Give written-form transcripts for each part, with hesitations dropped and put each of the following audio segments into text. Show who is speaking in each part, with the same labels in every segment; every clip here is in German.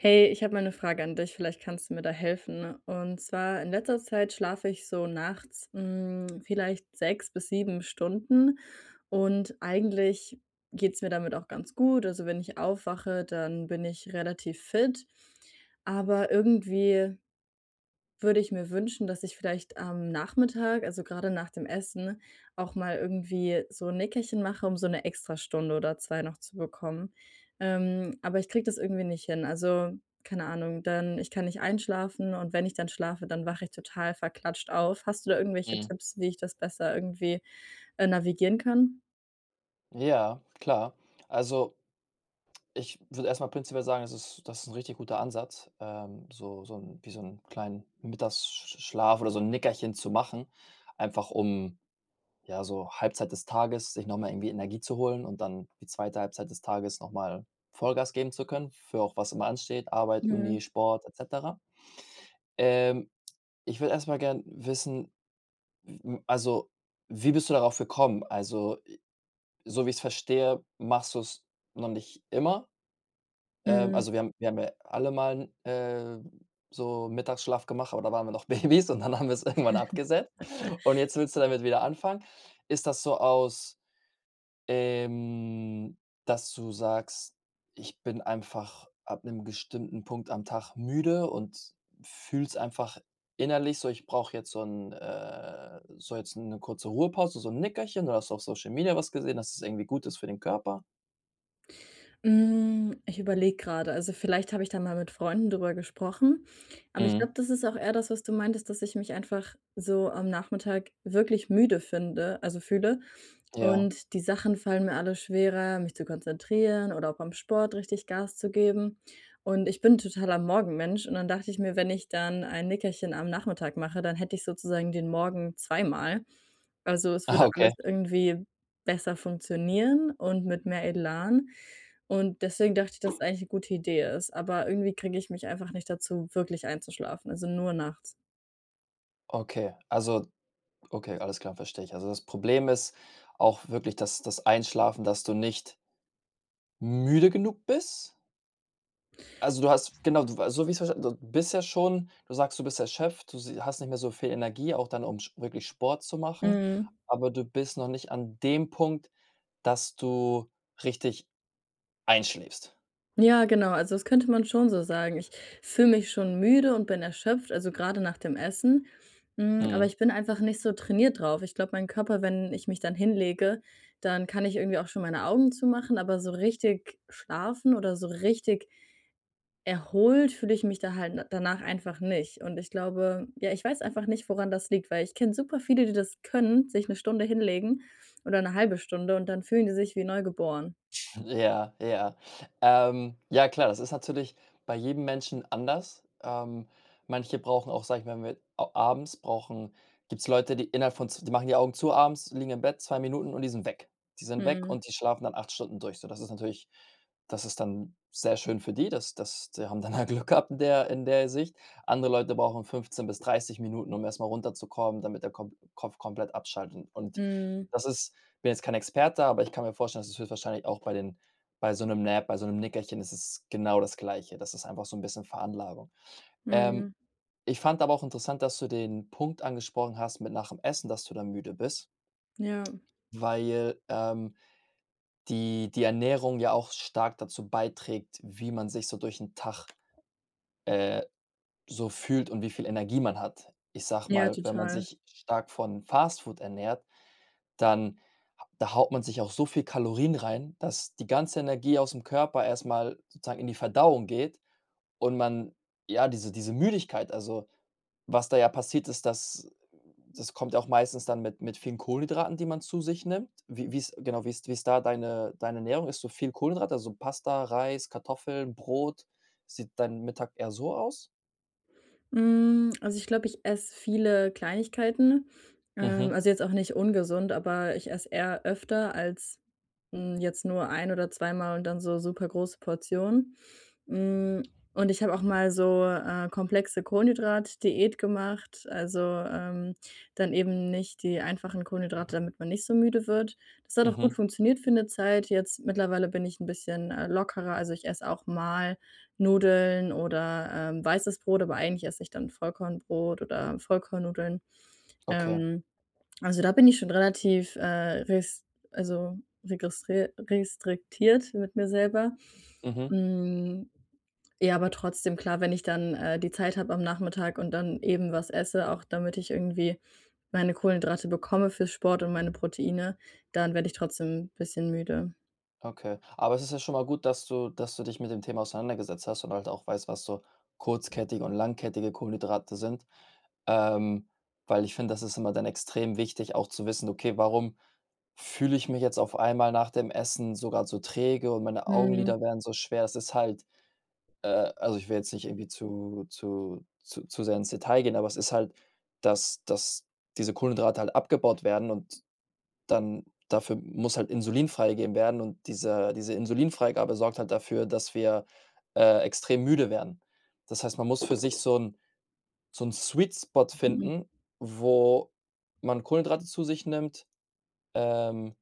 Speaker 1: Hey, ich habe mal 'ne Frage an dich, vielleicht kannst du mir da helfen, ne? Und zwar in letzter Zeit schlafe ich so nachts, vielleicht 6 bis 7 Stunden und eigentlich geht's mir damit auch ganz gut. Also, wenn ich aufwache, dann bin ich relativ fit, aber irgendwie würde ich mir wünschen, dass ich vielleicht am Nachmittag, also gerade nach dem Essen, auch mal irgendwie so ein Nickerchen mache, um so 'ne Extrastunde oder 2 noch zu bekommen. Aber ich kriege das irgendwie nicht hin. Also, keine Ahnung, dann ich kann nicht einschlafen und wenn ich dann schlafe, dann wache ich total verklatscht auf. Hast du da irgendwelche
Speaker 2: Mhm.
Speaker 1: Tipps, wie ich das besser irgendwie, navigieren kann?
Speaker 2: Ja, klar. Also, ich würde erstmal prinzipiell sagen, das ist ein richtig guter Ansatz, so so ein wie so 'n kleinen Mittagsschlaf oder so ein Nickerchen zu machen, einfach um, ja, so Halbzeit des Tages sich noch mal irgendwie Energie zu holen und dann die zweite Halbzeit des Tages noch mal Vollgas geben zu können für auch was immer ansteht, Arbeit,
Speaker 1: Mhm,
Speaker 2: Uni, Sport et cetera. Ähm, ich würde erstmal mal gern wissen, m also, wie bist du darauf gekommen? Also so wie ich es verstehe, machst du es noch nicht immer.
Speaker 1: mhm.
Speaker 2: Also, wir haben ja alle mal äh, so Mittagsschlaf gemacht, aber da waren wir noch Babys und dann haben wir es irgendwann abgesetzt. Und jetzt willst du damit wieder anfangen. Ist das so aus, ähm, dass du sagst: „Ich bin einfach ab einem bestimmten Punkt am Tag müde und fühlst einfach innerlich so, ich brauche jetzt so ein so jetzt eine kurze Ruhepause, so ein Nickerchen“, oder hast du auf Social Media was gesehen, dass es irgendwie gut ist für den Körper?
Speaker 1: Hm, ich überlege gerade. Also, vielleicht habe ich da mal mit Freunden drüber gesprochen, aber ich
Speaker 2: Mhm.
Speaker 1: glaube, das ist auch eher das, was du meintest, dass ich mich einfach so am Nachmittag wirklich müde fühle,
Speaker 2: Ja.
Speaker 1: und die Sachen fallen mir alle schwerer, mich zu konzentrieren oder auch beim Sport richtig Gas zu geben. Und ich bin totaler Morgenmensch und dann dachte ich mir, wenn ich dann ein Nickerchen am Nachmittag mache, dann hätte ich sozusagen den Morgen zweimal. Also, es
Speaker 2: Ah,
Speaker 1: würde
Speaker 2: okay.
Speaker 1: alles irgendwie besser funktionieren und mit mehr Elan. Und deswegen dachte ich, dass es eigentlich eine gute Idee ist, aber irgendwie kriege ich mich einfach nicht dazu, wirklich einzuschlafen, also nur nachts.
Speaker 2: Okay. Okay, alles klar, verstehe ich. Also das Problem ist auch wirklich, dass das Einschlafen, dass du nicht müde genug bist? Also, du hast genau, du also, so wie ich es verstanden, du bist ja schon, du sagst, du bist erschöpft, du s hast nicht mehr so viel Energie, auch dann, um sch wirklich Sport zu machen,
Speaker 1: Mhm.
Speaker 2: aber du bist noch nicht an dem Punkt, dass du richtig einschläfst?
Speaker 1: Ja, genau, also das könnte man schon so sagen. Ich fühle mich schon müde und bin erschöpft, also gerade nach dem Essen, aber
Speaker 2: Mhm.
Speaker 1: ich bin einfach nicht so trainiert drauf. Ich glaube, mein Körper, wenn ich mich dann hinlege, dann kann ich irgendwie auch schon meine Augen zumachen, aber so richtig schlafen oder so richtig erholt fühle ich mich da halt n danach einfach nicht. Und ich glaube, ja, ich weiß einfach nicht, woran das liegt, weil ich kenne super viele, die das können, sich eine Stunde hinlegen oder eine halbe Stunde und dann fühlen die sich wie neugeboren.
Speaker 2: Ja, ja. Ja klar, das ist natürlich bei jedem Menschen anders. Manche brauchen auch, sag ich mal, wenn wir a abends brauchen. Gibt es Leute, die innerhalb von z die machen die Augen zu abends, liegen im Bett 2 Minuten und die sind weg. Die sind weg
Speaker 1: Mhm.
Speaker 2: und die schlafen dann 8 Stunden durch. So, das ist dann sehr schön für die, das das die haben dann halt Glück gehabt in der Sicht. Andere Leute brauchen 15 bis 30 Minuten, um erst mal runterzukommen, damit der Kom Kopf komplett abschaltet und
Speaker 1: Mhm.
Speaker 2: das ist, bin jetzt kein Experte, aber ich kann mir vorstellen, dass es höchstwahrscheinlich auch bei den, bei so einem Nickerchen ist es genau das Gleiche. Das ist einfach so ein bisschen Veranlagung. Ähm,
Speaker 1: Mhm.
Speaker 2: ich fand aber auch interessant, dass du den Punkt angesprochen hast mit nach dem Essen, dass du dann müde bist,
Speaker 1: Ja.
Speaker 2: weil, die Ernährung ja auch stark dazu beiträgt, wie man sich so durch 'n Tag, äh so fühlt und wie viel Energie man hat. Ich sage
Speaker 1: Ja,
Speaker 2: mal, wenn man
Speaker 1: total.
Speaker 2: sich stark von Fastfood ernährt, dann ha da haut man sich auch so viel Kalorien rein, dass die ganze Energie aus dem Körper erst mal sozusagen in die Verdauung geht und man, ja, diese Müdigkeit, also, was da ja passiert ist, dass das kommt ja auch meistens dann mit vielen Kohlenhydraten, die man zu sich nimmt. Wie ist da deine Ernährung? Ist so viel Kohlenhydrate, also Pasta, Reis, Kartoffeln, Brot? Sieht dein Mittag eher so aus?
Speaker 1: Hm, also ich glaube, ich esse viele Kleinigkeiten.
Speaker 2: Mhm.
Speaker 1: Also jetzt auch nicht ungesund, aber ich esse eher öfter als, jetzt nur ein oder zweimal und dann so super große Portionen. Hm, und ich habe auch mal so, komplexe Kohlenhydratdiät gemacht, also, ähm, dann eben nicht die einfachen Kohlenhydrate, damit man nicht so müde wird. Das hat auch gut
Speaker 2: Mhm.
Speaker 1: funktioniert für eine Zeit. Jetzt mittlerweile bin ich ein bisschen, lockerer, also ich esse auch mal Nudeln oder, weißes Brot, aber eigentlich esse ich dann Vollkornbrot oder Vollkornnudeln.
Speaker 2: Okay.
Speaker 1: Ähm, also, da bin ich schon relativ, res also, registri restriktiert mit mir selber.
Speaker 2: Mhm.
Speaker 1: Hm, ja, aber trotzdem, klar, wenn ich dann, die Zeit habe am Nachmittag und dann eben was esse, auch damit ich irgendwie meine Kohlenhydrate bekomme fürs Sport und meine Proteine, dann werde ich trotzdem ein bisschen müde.
Speaker 2: Okay. Aber es ist ja schon mal gut, dass du dich mit dem Thema auseinandergesetzt hast und halt auch weißt, was so kurzkettige und langkettige Kohlenhydrate sind. Ähm, weil ich finde, das ist immer dann extrem wichtig, auch zu wissen, okay, warum fühle ich mich jetzt auf einmal nach dem Essen sogar so träge und meine
Speaker 1: Mhm,
Speaker 2: Augenlider werden so schwer. Das ist halt, also, ich will jetzt nicht irgendwie zu sehr ins Detail gehen, aber es ist halt, dass diese Kohlenhydrate halt abgebaut werden und dann dafür muss halt Insulin freigegeben werden und diese Insulinfreigabe sorgt halt dafür, dass wir, extrem müde werden. Das heißt, man muss für sich so 'n Sweet Spot
Speaker 1: mhm,
Speaker 2: finden, wo man Kohlenhydrate zu sich nimmt, ähm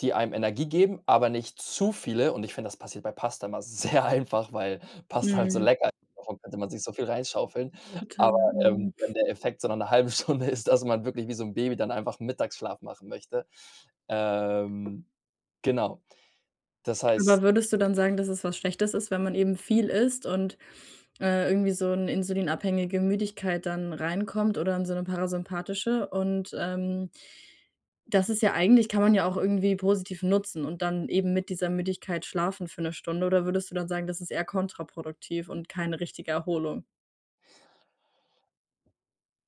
Speaker 2: die einem Energie geben, aber nicht zu viele, und ich finde, das passiert bei Pasta immer sehr einfach, weil Pasta halt so
Speaker 1: mhm,
Speaker 2: lecker ist, davon könnte man sich so viel reinschaufeln. Aber,
Speaker 1: total, mhm.
Speaker 2: wenn der Effekt so nach 'ner halben Stunde ist, dass man wirklich wie so 'n Baby dann einfach Mittagsschlaf machen möchte. Ähm, genau. Das
Speaker 1: Aber
Speaker 2: heißt,
Speaker 1: würdest du dann sagen, dass es was Schlechtes ist, wenn man eben viel isst und, irgendwie so 'n insulinabhängige Müdigkeit dann reinkommt oder in so eine parasympathische und, das ist ja eigentlich kann man ja auch irgendwie positiv nutzen und dann eben mit dieser Müdigkeit schlafen für eine Stunde oder würdest du dann sagen, das ist eher kontraproduktiv und keine richtige Erholung?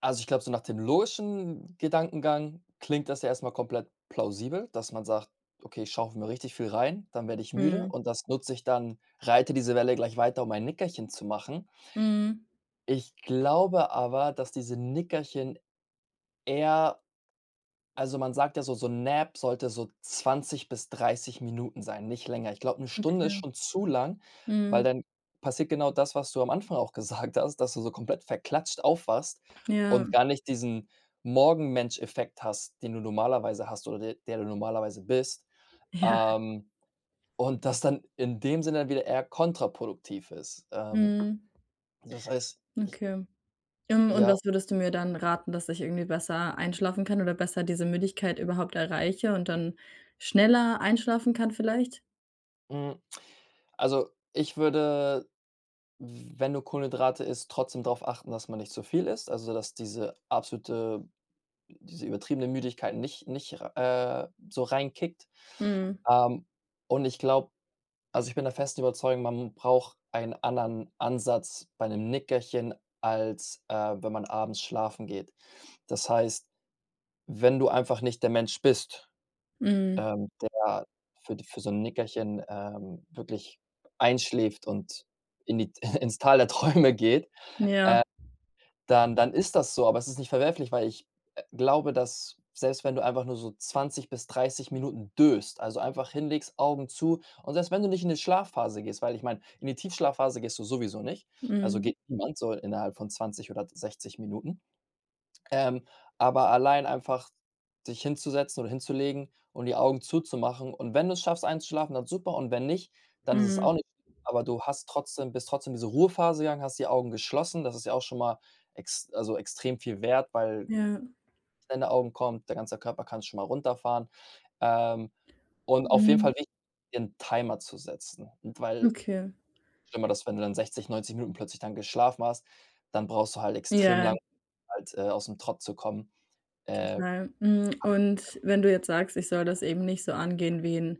Speaker 2: also, ich glaube, so nach dem logischen Gedankengang klingt das ja erst mal komplett plausibel, dass man sagt: „Okay, ich schaufel mir richtig viel rein, dann werde ich müde
Speaker 1: Mhm.
Speaker 2: und das nutze ich dann, reite diese Welle gleich weiter, um ein Nickerchen zu machen.“
Speaker 1: Mhm.
Speaker 2: Ich glaube aber, dass diese Nickerchen eher, also, man sagt ja so, so 'n Nap sollte so 20 bis 30 Minuten sein, nicht länger. Ich glaube, eine Stunde ist
Speaker 1: Okay.
Speaker 2: schon zu lang, weil
Speaker 1: Mhm.
Speaker 2: dann passiert genau das, was du am Anfang auch gesagt hast, dass du so komplett verklatscht aufwachst
Speaker 1: Ja.
Speaker 2: und gar nicht diesen Morgenmensch-Effekt hast, den du normalerweise hast oder de der du normalerweise bist,
Speaker 1: Ja.
Speaker 2: ähm, und das dann in dem Sinne wieder eher kontraproduktiv ist.
Speaker 1: Mhm.
Speaker 2: Das heißt, ich,
Speaker 1: Okay. Und
Speaker 2: ja,
Speaker 1: was würdest du mir dann raten, dass ich irgendwie besser einschlafen kann oder besser diese Müdigkeit überhaupt erreiche und dann schneller einschlafen kann vielleicht?
Speaker 2: mhm. Also, ich würde, wenn du Kohlenhydrate isst, trotzdem darauf achten, dass man nicht zu viel isst, also, dass diese absolute, diese übertriebene Müdigkeit nicht so reinkickt.
Speaker 1: Mhm,
Speaker 2: Ähm, und ich glaube, also, ich bin der festen Überzeugung, man braucht einen anderen Ansatz bei einem Nickerchen als, wenn man abends schlafen geht. Das heißt, wenn du einfach nicht der Mensch bist,
Speaker 1: mhm,
Speaker 2: der für so 'n Nickerchen, wirklich einschläft und in die ins Tal der Träume geht,
Speaker 1: ja,
Speaker 2: dann ist das so. Aber es ist nicht verwerflich, weil ich, glaube, dass selbst wenn du einfach nur so 20 bis 30 Minuten döst, also einfach hinlegst, Augen zu, und selbst wenn du nicht in die Schlafphase gehst, weil ich meine, in die Tiefschlafphase gehst du sowieso nicht, also
Speaker 1: mhm,
Speaker 2: geht niemand so innerhalb von 20 oder 60 Minuten. Ähm, aber allein einfach sich hinzusetzen oder hinzulegen und die Augen zuzumachen, und wenn du es schaffst einzuschlafen, dann super, und wenn nicht, dann ist es auch
Speaker 1: mhm,
Speaker 2: nicht schlimm. Aber du hast trotzdem, bist trotzdem diese Ruhephase gegangen, hast die Augen geschlossen. Das ist ja auch schon mal, ex also extrem viel wert, weil
Speaker 1: ja,
Speaker 2: deine Augen kommt, der ganze Körper kann schon mal runterfahren. Ähm, und auf jeden Fall
Speaker 1: mhm,
Speaker 2: wichtig, dir 'n Timer zu setzen. Und weil
Speaker 1: okay.
Speaker 2: schlimmer, dass wenn du dann 60, 90 Minuten plötzlich dann geschlafen hast, dann brauchst du halt extrem
Speaker 1: Ja,
Speaker 2: lang, um halt, ausm Trott zu kommen, äh.
Speaker 1: total. Hm, und wenn du jetzt sagst, ich soll das eben nicht so angehen wie 'n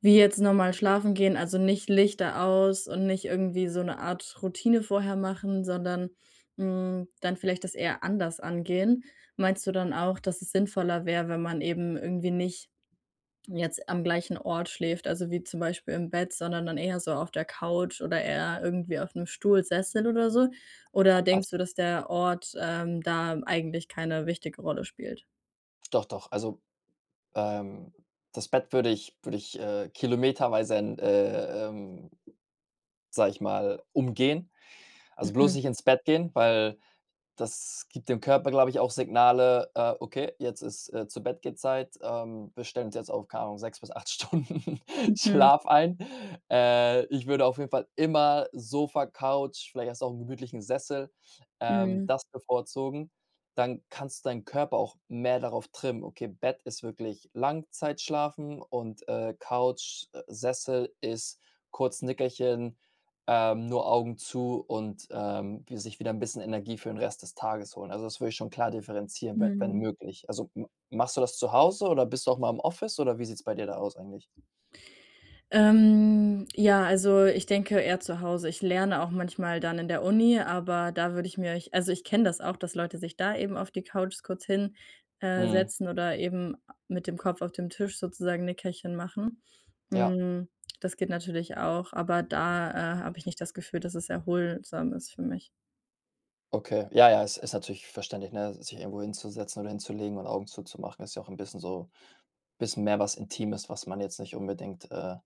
Speaker 1: Wie jetzt normal schlafen gehen, also nicht Lichter aus und nicht irgendwie so 'ne Art Routine vorher machen, sondern, dann vielleicht das eher anders angehen. Meinst du dann auch, dass es sinnvoller wäre, wenn man eben irgendwie nicht jetzt am gleichen Ort schläft, also wie zum Beispiel im Bett, sondern dann eher so auf der Couch oder eher irgendwie auf 'nem Stuhl, Sessel oder so? Oder denkst
Speaker 2: Abs
Speaker 1: du, dass der Ort, da eigentlich keine wichtige Rolle spielt?
Speaker 2: Doch, doch. Also, ähm, das Bett würde ich, kilometerweise, sage ich mal, umgehen. Also bloß nicht ins Bett gehen, weil das gibt dem Körper, glaube ich, auch Signale: okay, jetzt ist, Zu-Bett-Geht-Zeit. Wir stellen uns jetzt auf, keine Ahnung, 6 bis 8 Stunden
Speaker 1: Mhm, mhm,
Speaker 2: Schlaf ein.“ ich würde auf jeden Fall immer Sofa, Couch, vielleicht hast du auch einen gemütlichen Sessel,
Speaker 1: mhm,
Speaker 2: das bevorzugen. Dann kannst du deinen Körper auch mehr darauf trimmen: „Okay, Bett ist wirklich Langzeitschlafen und, Couch, Sessel ist kurz Nickerchen, nur Augen zu und, wie sich wieder ein bisschen Energie für den Rest des Tages holen.“ Also, das würde ich schon klar differenzieren, we wenn
Speaker 1: mhm.
Speaker 2: möglich. Also, m machst du das zu Hause oder bist du auch mal im Office oder wie sieht's bei dir da aus eigentlich?
Speaker 1: Ja, also, ich denke eher zu Hause. Ich lerne auch manchmal dann in der Uni, aber da würde ich mir ich also, ich kenne das auch, dass Leute sich da eben auf die Couch kurz hin
Speaker 2: Mhm,
Speaker 1: setzen oder eben mit dem Kopf auf dem Tisch sozusagen Nickerchen machen.
Speaker 2: ja,
Speaker 1: Hm, das geht natürlich auch, aber da, habe ich nicht das Gefühl, dass es erholsam ist für mich.
Speaker 2: okay. Ja, ja, es ist natürlich verständlich, ne, sich irgendwo hinzusetzen oder hinzulegen und Augen zuzumachen, ist ja auch ein bisschen so, bisschen mehr was Intimes, was man jetzt nicht unbedingt,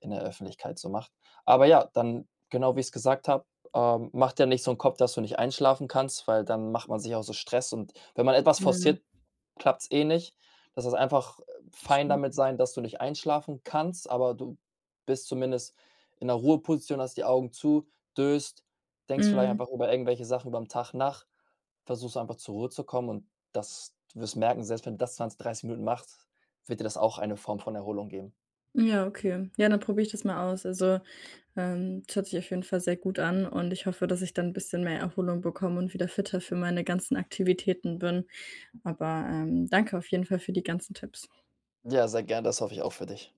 Speaker 2: in der Öffentlichkeit so macht. Aber ja, dann genau wie ich es gesagt habe, mach dir nicht so 'n Kopf, dass du nicht einschlafen kannst, weil dann macht man sich auch so Stress, und wenn man etwas
Speaker 1: Mhm,
Speaker 2: forciert, klappt's eh nicht. Das ist einfach, fein
Speaker 1: stimmt.
Speaker 2: damit sein, dass du nicht einschlafen kannst, aber du bist zumindest in 'ner Ruheposition, hast die Augen zu, döst, denkst vielleicht
Speaker 1: Mhm.
Speaker 2: einfach über irgendwelche Sachen überm Tag nach, versuchst einfach zur Ruhe zu kommen und das, du wirst merken, selbst wenn du das 20, 30 Minuten machst, wird dir das auch eine Form von Erholung geben.
Speaker 1: Ja, okay. Ja, dann probiere ich das mal aus. Also, das hört sich auf jeden Fall sehr gut an und ich hoffe, dass ich dann ein bisschen mehr Erholung bekomme und wieder fitter für meine ganzen Aktivitäten bin. Aber, danke auf jeden Fall für die ganzen Tipps.
Speaker 2: Ja, sehr gern, das hoffe ich auch für dich.